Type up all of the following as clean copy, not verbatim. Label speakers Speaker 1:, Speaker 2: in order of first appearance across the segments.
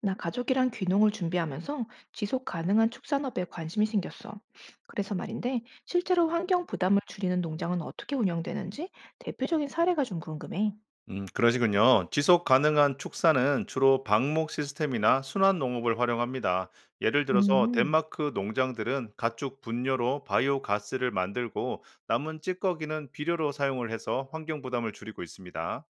Speaker 1: 나 가족이랑 귀농을 준비하면서 지속 가능한 축산업에 관심이 생겼어. 그래서 말인데, 실제로 환경 부담을 줄이는 농장은 어떻게 운영되는지 대표적인 사례가 좀 궁금해.
Speaker 2: 그러시군요. 지속 가능한 축사는 주로 방목 시스템이나 순환 농업을 활용합니다. 예를 들어서
Speaker 1: 음,
Speaker 2: 덴마크 농장들은 가축 분뇨로 바이오 가스를 만들고 남은 찌꺼기는 비료로 사용을 해서 환경 부담을 줄이고 있습니다.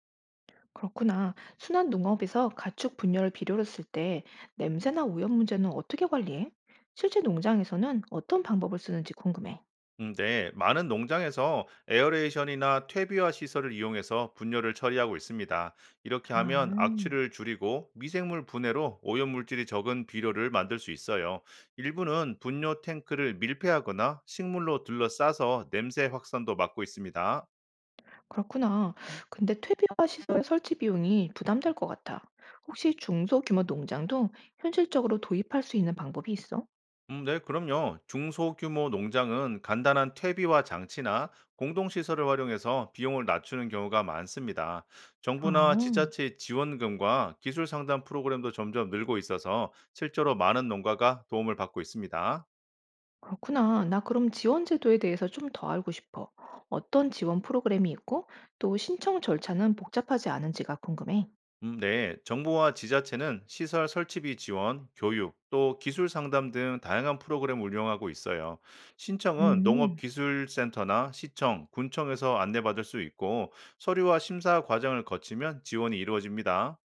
Speaker 1: 그렇구나. 순환 농업에서 가축 분열을 비료로 쓸 때 냄새나 오염 문제는 어떻게 관리해? 실제 농장에서는 어떤 방법을 쓰는지 궁금해.
Speaker 2: 네, 많은 농장에서 에어레이션이나 퇴비화 시설을 이용해서 분열을 처리하고 있습니다. 이렇게
Speaker 1: 아.
Speaker 2: 하면 악취를 줄이고 미생물 분해로 오염물질이 적은 비료를 만들 수 있어요. 일부는 분뇨 탱크를 밀폐하거나 식물로 둘러싸서 냄새 확산도 막고 있습니다.
Speaker 1: 그렇구나. 근데 퇴비화 시설 설치 비용이 부담될 것 같아. 혹시 중소규모 농장도 현실적으로 도입할 수 있는 방법이 있어?
Speaker 2: 네, 그럼요. 중소규모 농장은 간단한 퇴비와 장치나 공동시설을 활용해서 비용을 낮추는 경우가 많습니다.
Speaker 1: 아,
Speaker 2: 정부나 지자체의 지원금과 기술 상담 프로그램도 점점 늘고 있어서 실제로 많은 농가가 도움을 받고 있습니다.
Speaker 1: 그렇구나. 나 그럼 지원 제도에 대해서 좀 더 알고 싶어. 어떤 지원 프로그램이 있고 또 신청 절차는 복잡하지 않은지가 궁금해.
Speaker 2: 네, 정부와 지자체는 시설 설치비 지원, 교육, 또 기술 상담 등 다양한 프로그램을 운영하고 있어요. 신청은
Speaker 1: 음,
Speaker 2: 농업기술센터나 시청, 군청에서 안내받을 수 있고 서류와 심사 과정을 거치면 지원이 이루어집니다.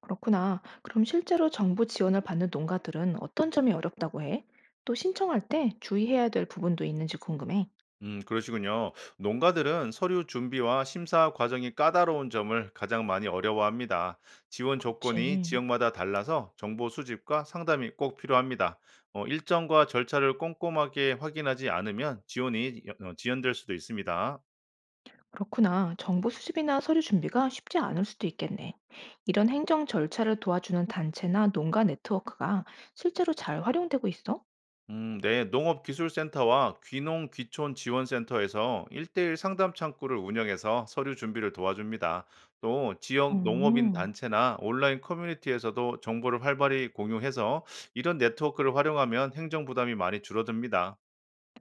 Speaker 1: 그렇구나. 그럼 실제로 정부 지원을 받는 농가들은 어떤 점이 어렵다고 해? 또 신청할 때 주의해야 될 부분도 있는지 궁금해.
Speaker 2: 그러시군요. 농가들은 서류 준비와 심사 과정이 까다로운 점을 가장 많이 어려워합니다. 지원 조건이
Speaker 1: 그치.
Speaker 2: 지역마다 달라서 정보 수집과 상담이 꼭 필요합니다. 일정과 절차를 꼼꼼하게 확인하지 않으면 지원이 지연될 수도 있습니다.
Speaker 1: 그렇구나. 정보 수집이나 서류 준비가 쉽지 않을 수도 있겠네. 이런 행정 절차를 도와주는 단체나 농가 네트워크가 실제로 잘 활용되고 있어?
Speaker 2: 네, 농업기술센터와 귀농귀촌지원센터에서 1대1 상담 창구를 운영해서 서류 준비를 도와줍니다. 또 지역 농업인
Speaker 1: 어,
Speaker 2: 단체나 온라인 커뮤니티에서도 정보를 활발히 공유해서 이런 네트워크를 활용하면 행정 부담이 많이 줄어듭니다.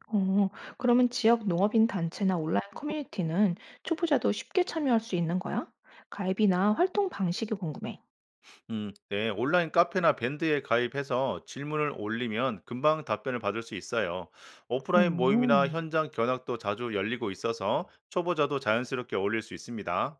Speaker 1: 어, 그러면 지역 농업인 단체나 온라인 커뮤니티는 초보자도 쉽게 참여할 수 있는 거야? 가입이나 활동 방식이 궁금해.
Speaker 2: 네, 온라인 카페나 밴드에 가입해서 질문을 올리면 금방 답변을 받을 수 있어요. 오프라인 모임이나
Speaker 1: 어,
Speaker 2: 현장 견학도 자주 열리고 있어서 초보자도 자연스럽게 어울릴 수 있습니다.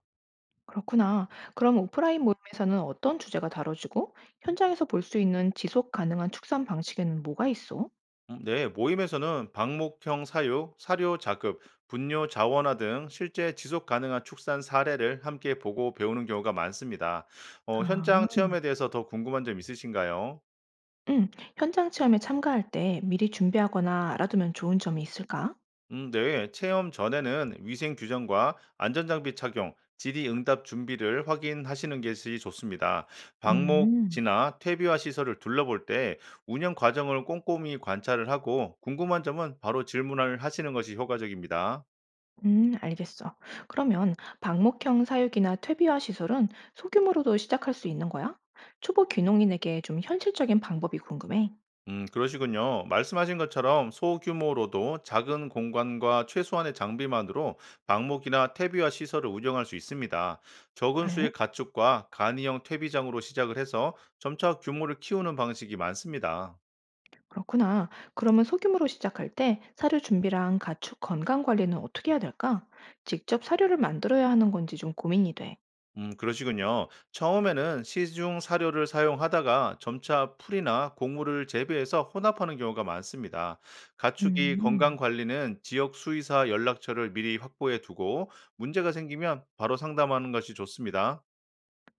Speaker 1: 그렇구나. 그럼 오프라인 모임에서는 어떤 주제가 다뤄지고 현장에서 볼 수 있는 지속 가능한 축산 방식에는 뭐가 있어?
Speaker 2: 네, 모임에서는 방목형 사육 사료 자급, 분뇨 자원화 등 실제 지속 가능한 축산 사례를 함께 보고 배우는 경우가 많습니다. 현장
Speaker 1: 아.
Speaker 2: 체험에 대해서 더 궁금한 점 있으신가요?
Speaker 1: 음, 현장 체험에 참가할 때 미리 준비하거나 알아두면 좋은 점이 있을까?
Speaker 2: 네, 체험 전에는 위생 규정과 안전장비 착용, 질의응답 준비를 확인하시는 것이 좋습니다.
Speaker 1: 음,
Speaker 2: 방목지나 퇴비화 시설을 둘러볼 때 운영 과정을 꼼꼼히 관찰을 하고 궁금한 점은 바로 질문을 하시는 것이 효과적입니다.
Speaker 1: 알겠어. 그러면 방목형 사육이나 퇴비화 시설은 소규모로도 시작할 수 있는 거야? 초보 귀농인에게 좀 현실적인 방법이 궁금해.
Speaker 2: 그러시군요. 말씀하신 것처럼 소규모로도 작은 공간과 최소한의 장비만으로 방목이나 퇴비와 시설을 운영할 수 있습니다. 적은 수의
Speaker 1: 그래?
Speaker 2: 가축과 간이형 퇴비장으로 시작을 해서 점차 규모를 키우는 방식이 많습니다.
Speaker 1: 그렇구나. 그러면 소규모로 시작할 때 사료 준비랑 가축 건강 관리는 어떻게 해야 될까? 직접 사료를 만들어야 하는 건지 좀 고민이 돼.
Speaker 2: 그러시군요. 처음에는 시중 사료를 사용하다가 점차 풀이나 곡물을 재배해서 혼합하는 경우가 많습니다. 가축이
Speaker 1: 음.
Speaker 2: 건강 관리는 지역 수의사 연락처를 미리 확보해 두고 문제가 생기면 바로 상담하는 것이 좋습니다.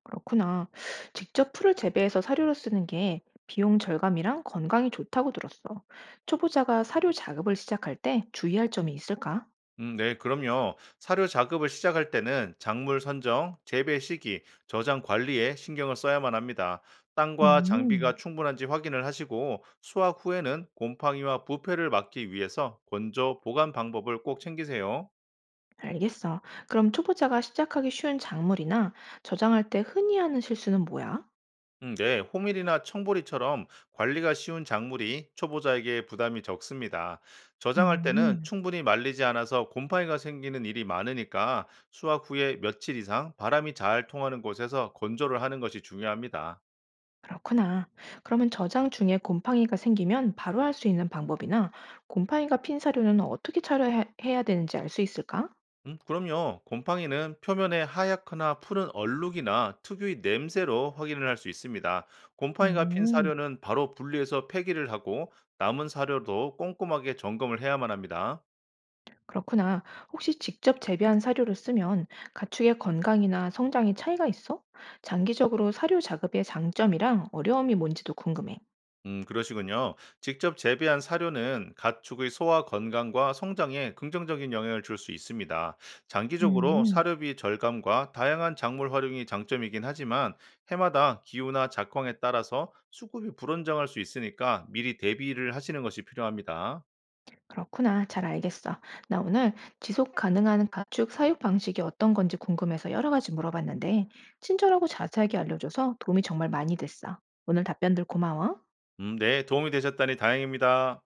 Speaker 1: 그렇구나. 직접 풀을 재배해서 사료로 쓰는 게 비용 절감이랑 건강이 좋다고 들었어. 초보자가 사료 작업을 시작할 때 주의할 점이 있을까?
Speaker 2: 네, 그럼요. 사료 작업을 시작할 때는 작물 선정, 재배 시기, 저장 관리에 신경을 써야만 합니다. 땅과 장비가
Speaker 1: 음,
Speaker 2: 충분한지 확인을 하시고 수확 후에는 곰팡이와 부패를 막기 위해서 건조 보관 방법을 꼭 챙기세요.
Speaker 1: 알겠어. 그럼 초보자가 시작하기 쉬운 작물이나 저장할 때 흔히 하는 실수는 뭐야?
Speaker 2: 네, 호밀이나 청보리처럼 관리가 쉬운 작물이 초보자에게 부담이 적습니다. 저장할 때는
Speaker 1: 음.
Speaker 2: 충분히 말리지 않아서 곰팡이가 생기는 일이 많으니까 수확 후에 며칠 이상 바람이 잘 통하는 곳에서 건조를 하는 것이 중요합니다.
Speaker 1: 그렇구나. 그러면 저장 중에 곰팡이가 생기면 바로 할 수 있는 방법이나 곰팡이가 핀 사료는 어떻게 처리해야 되는지 알 수 있을까?
Speaker 2: 그럼요. 곰팡이는 표면에 하얗거나 푸른 얼룩이나 특유의 냄새로 확인을 할 수 있습니다. 곰팡이가 핀
Speaker 1: 오.
Speaker 2: 사료는 바로 분리해서 폐기를 하고 남은 사료도 꼼꼼하게 점검을 해야만 합니다.
Speaker 1: 그렇구나. 혹시 직접 재배한 사료를 쓰면 가축의 건강이나 성장에 차이가 있어? 장기적으로 사료 작업의 장점이랑 어려움이 뭔지도 궁금해.
Speaker 2: 그러시군요. 직접 재배한 사료는 가축의 소화 건강과 성장에 긍정적인 영향을 줄 수 있습니다. 장기적으로
Speaker 1: 음,
Speaker 2: 사료비 절감과 다양한 작물 활용이 장점이긴 하지만 해마다 기후나 작황에 따라서 수급이 불안정할 수 있으니까 미리 대비를 하시는 것이 필요합니다.
Speaker 1: 그렇구나. 잘 알겠어. 나 오늘 지속 가능한 가축 사육 방식이 어떤 건지 궁금해서 여러 가지 물어봤는데, 친절하고 자세하게 알려줘서 도움이 정말 많이 됐어. 오늘 답변들 고마워.
Speaker 2: 네, 도움이 되셨다니 다행입니다.